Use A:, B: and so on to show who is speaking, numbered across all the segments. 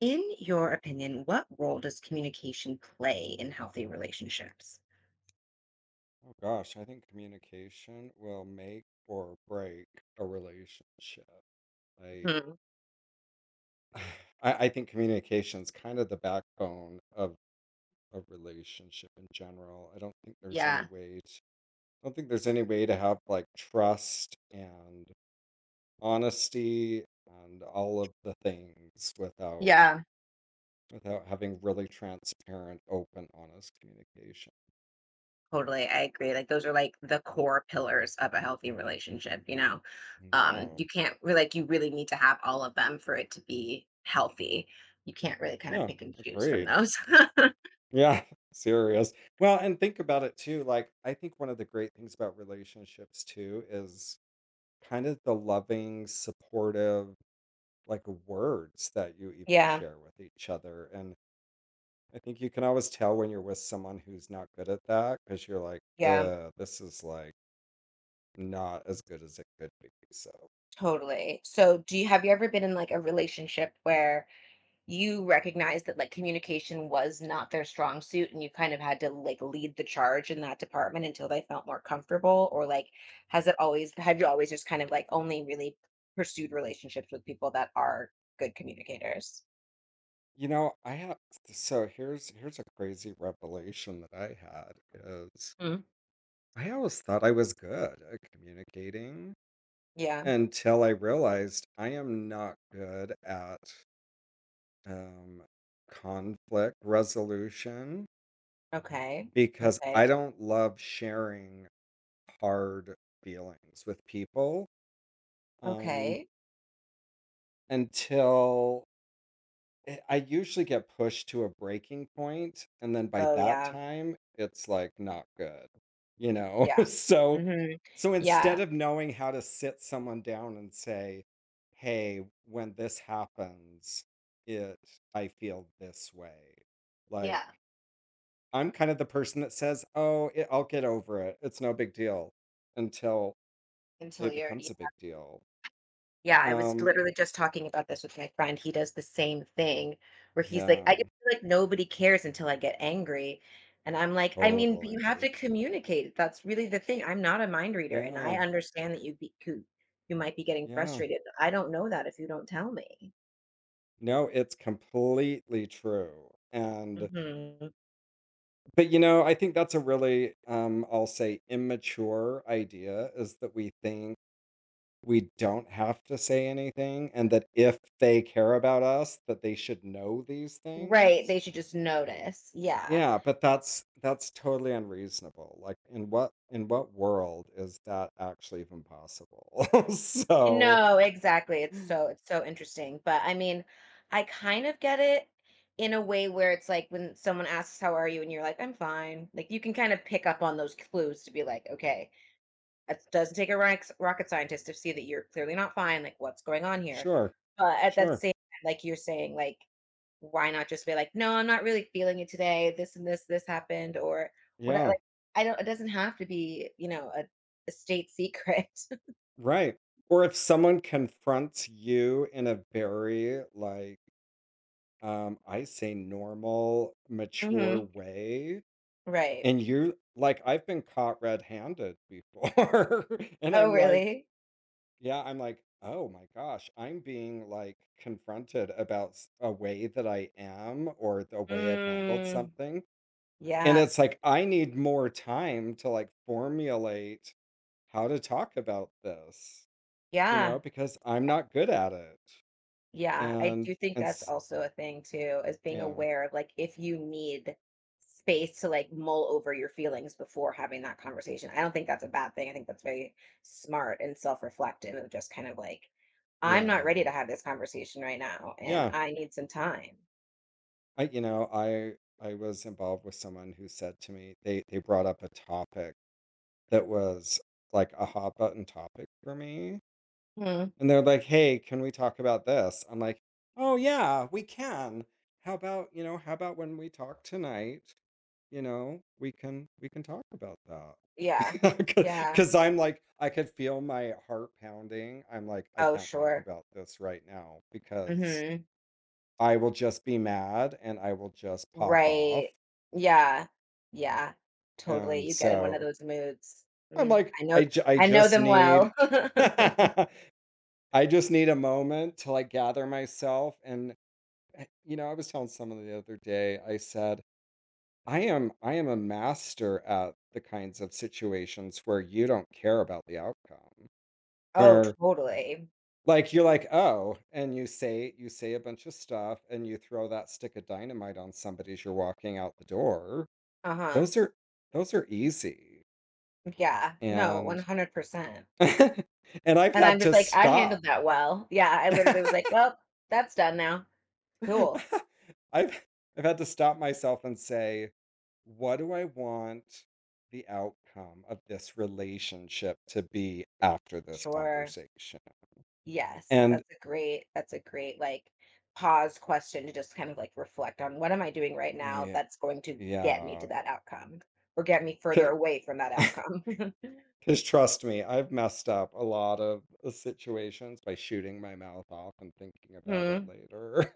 A: In your opinion, what role does communication play in healthy relationships?
B: Oh gosh, I think communication will make or break a relationship. I
A: Mhm.
B: I think communication is kind of the backbone of a relationship in general. I don't think there's any
A: Yeah.
B: way to, I don't think there's any way to have like trust and honesty and all of the things without
A: Yeah.
B: without having really transparent, open, honest communication.
A: Totally. I agree. Like those are like the core pillars of a healthy relationship, you know.
B: Yeah.
A: You can't like you really need to have all of them for it to be healthy. You can't really kind of
B: Yeah,
A: pick and choose from
B: agreed.
A: those.
B: Yeah, serious. Well, and think about it too. Like, I think one of the great things about relationships too is kind of the loving, supportive, like words that you even
A: Yeah.
B: share with each other. And I think you can always tell when you're with someone who's not good at that because you're like,
A: Yeah,
B: this is like not as good as it could be. So,
A: totally. So do you have you ever been in like a relationship where you recognized that like communication was not their strong suit and you kind of had to like lead the charge in that department until they felt more comfortable or like has it always have you always just kind of like only really pursued relationships with people that are good communicators?
B: you know, I have, so here's a crazy revelation that I had is
A: Mm.
B: I always thought I was good at communicating.
A: Yeah.
B: Until I realized I am not good at, um, conflict resolution
A: Okay.
B: because
A: Okay.
B: I don't love sharing hard feelings with people, um,
A: Okay.
B: until I usually get pushed to a breaking point, and then by
A: Oh
B: that
A: yeah.
B: time, it's like not good, you know?
A: Yeah.
B: So,
A: Hmm.
B: so
A: Yeah.
B: instead of knowing how to sit someone down and say, "Hey, when this happens, it I feel this way," like
A: Yeah.
B: I'm kind of the person that says, "Oh, it, I'll get over it. It's no big deal," until
A: Until
B: it
A: you're—
B: becomes a big deal.
A: Yeah, I was
B: Um,
A: literally just talking about this with my friend. He does the same thing where he's like, I just
B: yeah,
A: feel like nobody cares until I get angry. And I'm like, I mean, but you have
B: totally.
A: to communicate. That's really the thing. I'm not a mind reader and I
B: Yeah,
A: understand that you be, you might be getting
B: yeah.
A: frustrated, but I don't know that if you don't tell me.
B: No, it's completely true. And
A: Hmm.
B: but you know, I think that's a really I'll say immature idea is that we think we don't have to say anything and that if they care about us that they should know these
A: Right.
B: things.
A: They should just notice. Yeah.
B: Yeah, but that's totally unreasonable. Like in what world is that actually even possible? So
A: No, exactly. It's so interesting. But I mean, I kind of get it in a way where it's like when someone asks how are you and you're like I'm fine. Like you can kind of pick up on those clues to be like, okay, it doesn't take a rocket scientist to see that you're clearly not fine. Like what's going on here?
B: sure,
A: But at that
B: sure.
A: same time, like you're saying, like why not just be like, no, I'm not really feeling it today. This and this happened or what? Like
B: Yeah.
A: I don't. It doesn't have to be you know a state secret.
B: Right. Or if someone confronts you in a very, like, I say normal, mature
A: Hmm.
B: way,
A: Right.
B: and you like, I've been caught red handed before. And
A: Oh,
B: I'm like,
A: really?
B: yeah, I'm like, oh my gosh, I'm being like confronted about a way that I am or the way I've handled
A: Mm,
B: something. And
A: yeah.
B: it's like, I need more time to like formulate how to talk about this. You know,
A: Yeah.
B: because I'm not good at it. Yeah.
A: Yeah. I do
B: And
A: think that's
B: it's
A: also a thing too, is being
B: yeah.
A: aware of like if you need space to like mull over your feelings before having that conversation. I don't think that's a bad thing. I think that's very smart and self-reflective of just kind of like, I'm not
B: Yeah.
A: ready to have this conversation right now and
B: Yeah.
A: I need some time.
B: I you know, I was involved with someone who said to me they brought up a topic that was like a hot button topic for me.
A: Hmm.
B: And they're like, "Hey, can we talk about this?" I'm like, "Oh yeah, we can. How about, you know, how about when we talk tonight?" You know, we can talk about that,
A: Yeah.
B: because
A: Yeah.
B: 'cause I'm like, I could feel my heart pounding. I'm like, "I
A: Oh,
B: can't talk
A: sure.
B: about this right now because
A: Hmm.
B: I will just be mad and I will just pop off."
A: Right. Yeah. Yeah. Totally.
B: And
A: You get in one of
B: so
A: those moods.
B: I'm
A: Mm,
B: like,
A: I know.
B: " I
A: I know
B: just
A: them
B: need
A: well.
B: I just need a moment to, like, gather myself," and, you know, I was telling someone the other day, I said I am a master at the kinds of situations where you don't care about the outcome.
A: Oh,
B: Where
A: totally.
B: like you're like, "Oh," and you say a bunch of stuff and you throw that stick of dynamite on somebody as you're walking out the door.
A: Uh-huh.
B: Those are those are easy.
A: Yeah. No,
B: And
A: 100%.
B: and I've
A: And I'm
B: had
A: just
B: to
A: like, "I handled
B: stop.
A: that well." Yeah, I literally was like, "Well, that's done now." Cool.
B: I've I've had to stop myself and say, "What do I want the outcome of this relationship to be after this
A: Sure.
B: conversation?"
A: Yes.
B: And
A: That's a great, like, pause question to just kind of, like, reflect on what am I doing right now
B: yeah,
A: that's going to get me to
B: yeah.
A: that outcome or get me further away from that outcome.
B: Because trust me, I've messed up a lot of situations by shooting my mouth off and thinking about it
A: Mhm.
B: later.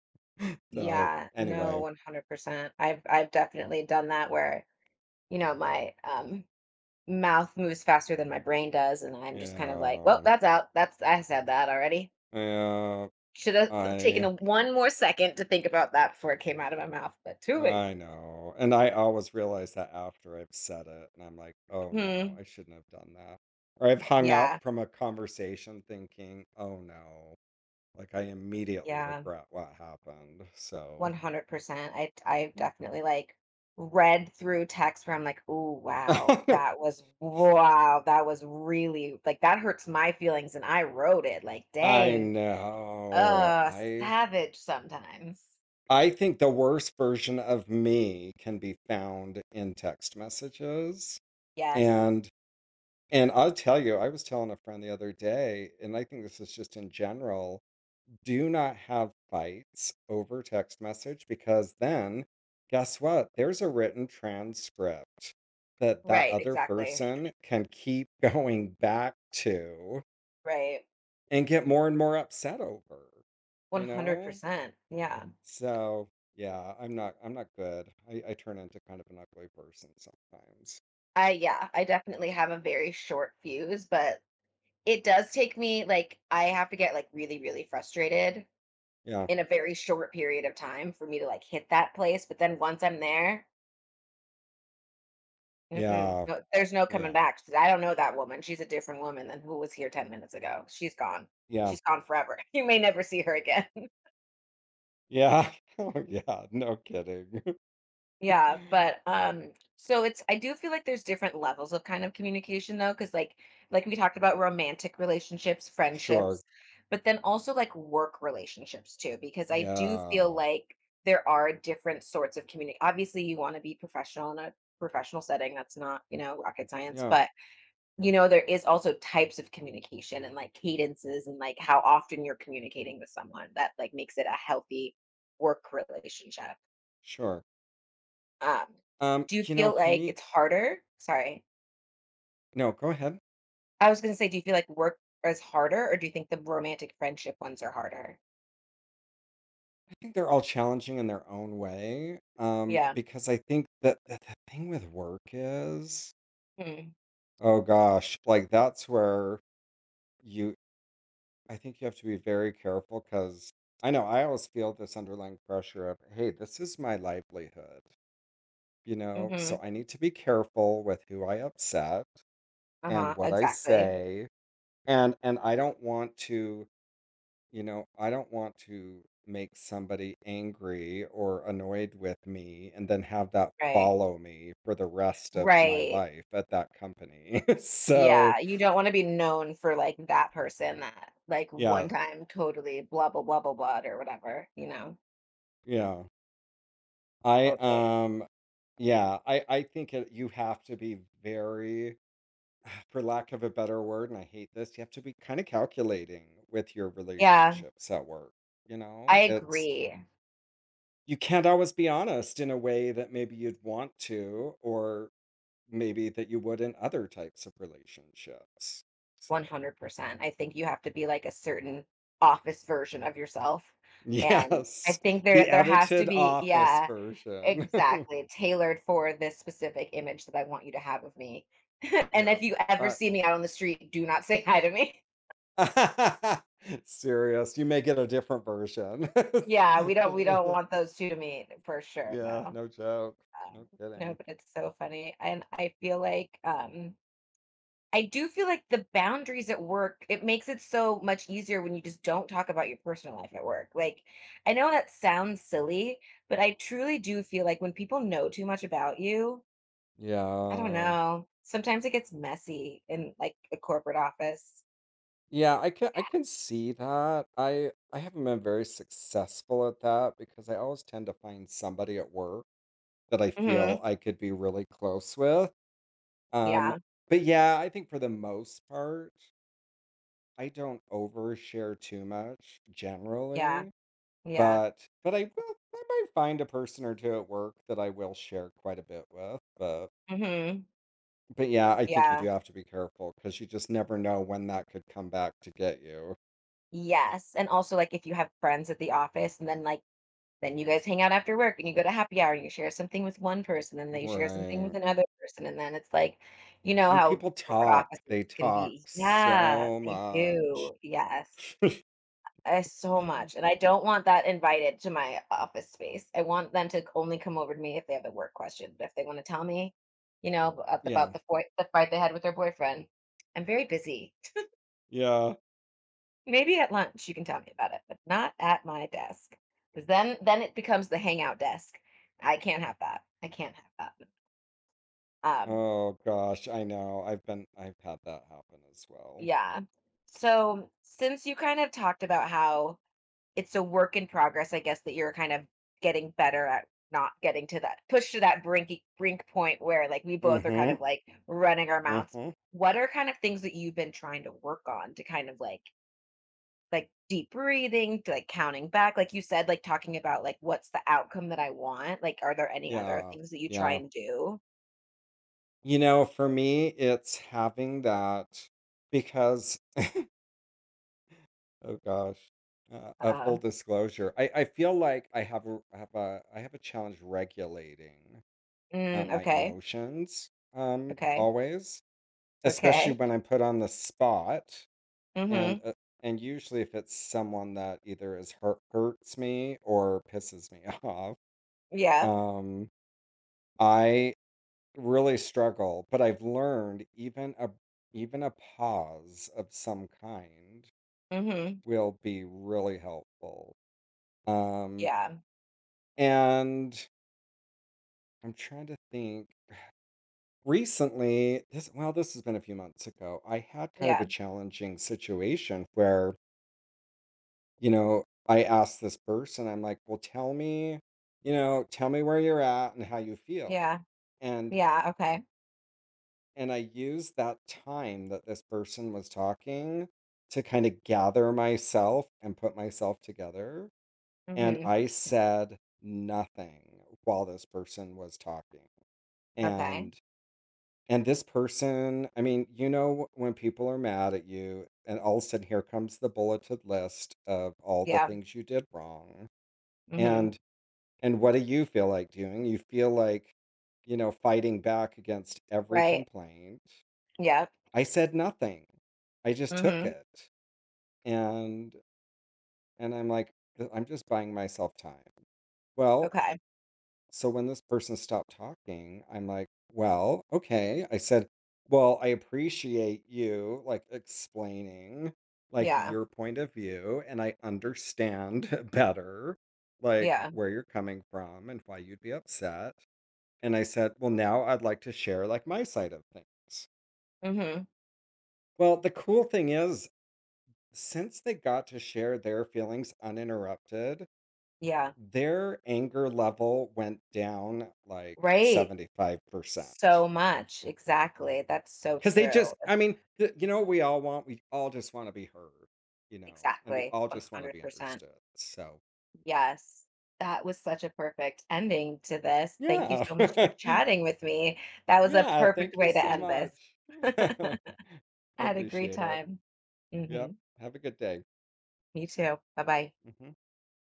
B: So
A: Yeah. No,
B: anyway,
A: 100%. I've definitely done that where, you know, my mouth moves faster than my brain does and I'm just kind of like, "Well,
B: yeah,
A: that's out. That's I said that already.
B: yeah,
A: Should have taken
B: I.
A: a one more second to think about that before it came out of my mouth, but too late."
B: I know, and I always realize that after I've said it, and I'm like, "Oh, no,
A: Mhm.
B: I shouldn't have done that." Or I've hung
A: Yeah.
B: up from a conversation thinking, "Oh, no," like, I immediately
A: Yeah.
B: regret what happened, so
A: 100%. I definitely like read through text where I'm like, "Oh, wow. That was wow. That was really like that hurts my feelings and I wrote it." Like,
B: I
A: "Dang."
B: know.
A: Uh, Savage sometimes.
B: I think the worst version of me can be found in text messages,
A: Yes.
B: and and I'll tell you, I was telling a friend the other day, and I think this is just in general, do not have fights over text message because then guess what there's a written transcript that that
A: Right,
B: other
A: exactly.
B: person can keep going back to
A: Right.
B: and get more and more upset over you know
A: 100%. Yeah.
B: so yeah I'm not good I turn into kind of an ugly person sometimes
A: I yeah, I definitely have a very short fuse, but it does take me like I have to get like really really frustrated
B: yeah,
A: in a very short period of time for me to like hit that place, but then once I'm there, mm-mm,
B: yeah,
A: no, there's no coming
B: yeah,
A: back. 'Cause I don't know that woman. She's a different woman than who was here 10 minutes ago. She's gone.
B: yeah,
A: She's gone forever. You may never see her again.
B: yeah. Oh yeah, no kidding.
A: Yeah, but so it's I do feel like there's different levels of kind of communication though cuz like we talked about romantic relationships,
B: Sure.
A: friendships, but then also like work relationships too because I do feel
B: Yeah,
A: like there are different sorts of community. Obviously, you want to be professional in a professional setting. That's not, you know, rocket science,
B: yeah.
A: but you know, there is also types of communication and like cadences and like how often you're communicating with someone that like makes it a healthy work relationship.
B: Sure.
A: Um, do you
B: You know,
A: feel
B: for
A: like
B: me
A: it's harder? Sorry.
B: no, go ahead.
A: I was gonna say, do you feel like work is harder, or do you think the romantic friendship ones are harder?
B: I think they're all challenging in their own way,
A: Yeah.
B: because I think that the thing with work is
A: Mm.
B: oh gosh, like, that's where you I think you have to be very careful because I know I always feel this underlying pressure of, "Hey, this is my livelihood," you know? So
A: Mhm.
B: I need to be careful with who I upset and
A: Uh-huh.
B: what I
A: Exactly.
B: say, and I don't want to You know, I don't want to make somebody angry or annoyed with me and then have that
A: Right.
B: follow me for the rest of my
A: Right.
B: life at that company. So,
A: Yeah. You don't wanna be known for like that person that like one
B: yeah,
A: time totally blah blah blah blah blah or whatever, you know?
B: yeah. I
A: Totally.
B: yeah, I think you have to be very for lack of a better word and I hate this, you have to be kind of calculating with your
A: Yeah,
B: relationships at work. You
A: I
B: know, it's
A: agree.
B: you can't always be honest in a way that maybe you'd want to or maybe that you would in other types of relationships. So,
A: 100%. I think you have to be like a certain office version of yourself, and I
B: yes,
A: think there
B: the
A: there has to
B: edited
A: be—
B: office
A: Yeah,
B: version.
A: exactly, tailored for this specific image that I want you to have of me. And
B: Yeah.
A: if you ever
B: Uh,
A: see me out on the street, do not say hi to me.
B: serious. You may get a different version.
A: Yeah, we don't want those 2 to meet for sure,
B: Yeah,
A: no.
B: no joke.
A: Um,
B: No
A: no,
B: kidding.
A: but it's so funny, and I feel like, I do feel like the boundaries at work, it makes it so much easier when you just don't talk about your personal life at work. Like, I know that sounds silly, but I truly do feel like when people know too much about you, I don't
B: Yeah.
A: know, sometimes it gets messy in like a corporate office.
B: Yeah, I can see that. I haven't been very successful at that because I always tend to find somebody at work that I feel
A: Hmm.
B: I could be really close with. Um,
A: Yeah.
B: but yeah, I think for the most part, I don't overshare too much
A: Yeah.
B: generally,
A: Yeah.
B: but I will I might find a person or two at work that I will share quite a bit with.
A: Hmm.
B: But yeah, I think you do
A: Yeah.
B: have to be careful because you just never know when that could come back to get you.
A: Yes. And also like if you have friends at the office and then like then you guys hang out after work and you go to happy hour and you share something with one person and they share something with
B: Right.
A: another person. And then it's like, you know
B: And
A: how
B: people
A: corporate
B: talk.
A: offices
B: They
A: can
B: talk
A: be. Yeah,
B: so
A: they
B: much.
A: do. Yes. So much. And I don't want that invited to my office space. I want them to only come over to me if they have a work question. But if they want to tell me, you know,
B: Yeah.
A: about the, boy, the fight they had with their boyfriend, I'm very busy.
B: Yeah.
A: Maybe at lunch you can tell me about it, but not at my desk, because then it becomes the hangout desk. I can't have that. I can't have that. Um,
B: Oh gosh, I know. I've had that happen as well.
A: yeah. So since you kind of talked about how it's a work in progress, I guess that you're kind of getting better at not getting to that push to that brink brink point where like we both are kind
B: Mhm,
A: of like running our mouths.
B: mhm.
A: What are kind of things that you've been trying to work on to kind of like deep breathing, to, like counting back, like you said, like talking about like what's the outcome that I want. Like, are there any other
B: Yeah,
A: things that you try
B: yeah.
A: and do?
B: You know, for me, it's having that because oh gosh, a full
A: Uh,
B: disclosure, I feel like I have a, I have a challenge regulating
A: mm,
B: my
A: okay,
B: emotions
A: okay,
B: always, especially
A: okay.
B: when I'm put on the spot and
A: Mm-hmm.
B: uh, and usually if it's someone that either is hurt hurts me or pisses me off,
A: Yeah.
B: um, I really struggle, but I've learned even a pause of some kind
A: Mm-hmm.
B: will be really helpful. Um,
A: Yeah.
B: and I'm trying to think. Recently, this well, this has been a few months ago. I had kind of a
A: Yeah.
B: challenging situation where, you know, I asked this person, I'm like, "Well, tell me, you know, tell me where you're at and how you feel."
A: Yeah.
B: And
A: Yeah. Okay.
B: And I used that time that this person was talking to kind of gather myself and put myself together. And
A: Mm-hmm.
B: I said nothing while this person was talking.
A: Okay.
B: And this person, I mean, you know, when people are mad at you, and all of a sudden here comes the bulleted list of all the
A: Yeah.
B: things you did wrong.
A: Mm-hmm.
B: And what do you feel like doing? You feel like, you know, fighting back against every
A: Right.
B: complaint
A: Yeah.
B: I said nothing. I just took
A: Mm-hmm.
B: it. And I'm like, " I'm just buying myself time. Well,
A: Okay.
B: so when this person stopped talking, I'm like, well, okay. I said, well, I appreciate you like explaining like
A: Yeah.
B: your point of view and I understand better like
A: Yeah.
B: where you're coming from and why you'd be upset. And I said, well, now I'd like to share like my side of things.
A: Mm-hmm.
B: Well, the cool thing is since they got to share their feelings uninterrupted,
A: Yeah.
B: their anger level went down like
A: Right.
B: 75%.
A: So much. Exactly. That's so
B: Because they
A: true.
B: just, I mean, you know what we all want? We all just want to be heard, you know, and we
A: Exactly.
B: all just want to be
A: 100%.
B: understood. So,
A: Yes, that was such a perfect ending to this. Thank you
B: yeah.
A: so much for chatting with me. That was a
B: Yeah.
A: perfect
B: Thank you
A: way to
B: so
A: end this.
B: much.
A: I
B: I
A: had a great
B: appreciate it.
A: time.
B: Yep.
A: Mhm.
B: Have a good day.
A: Me too. Bye-bye.
B: Mhm.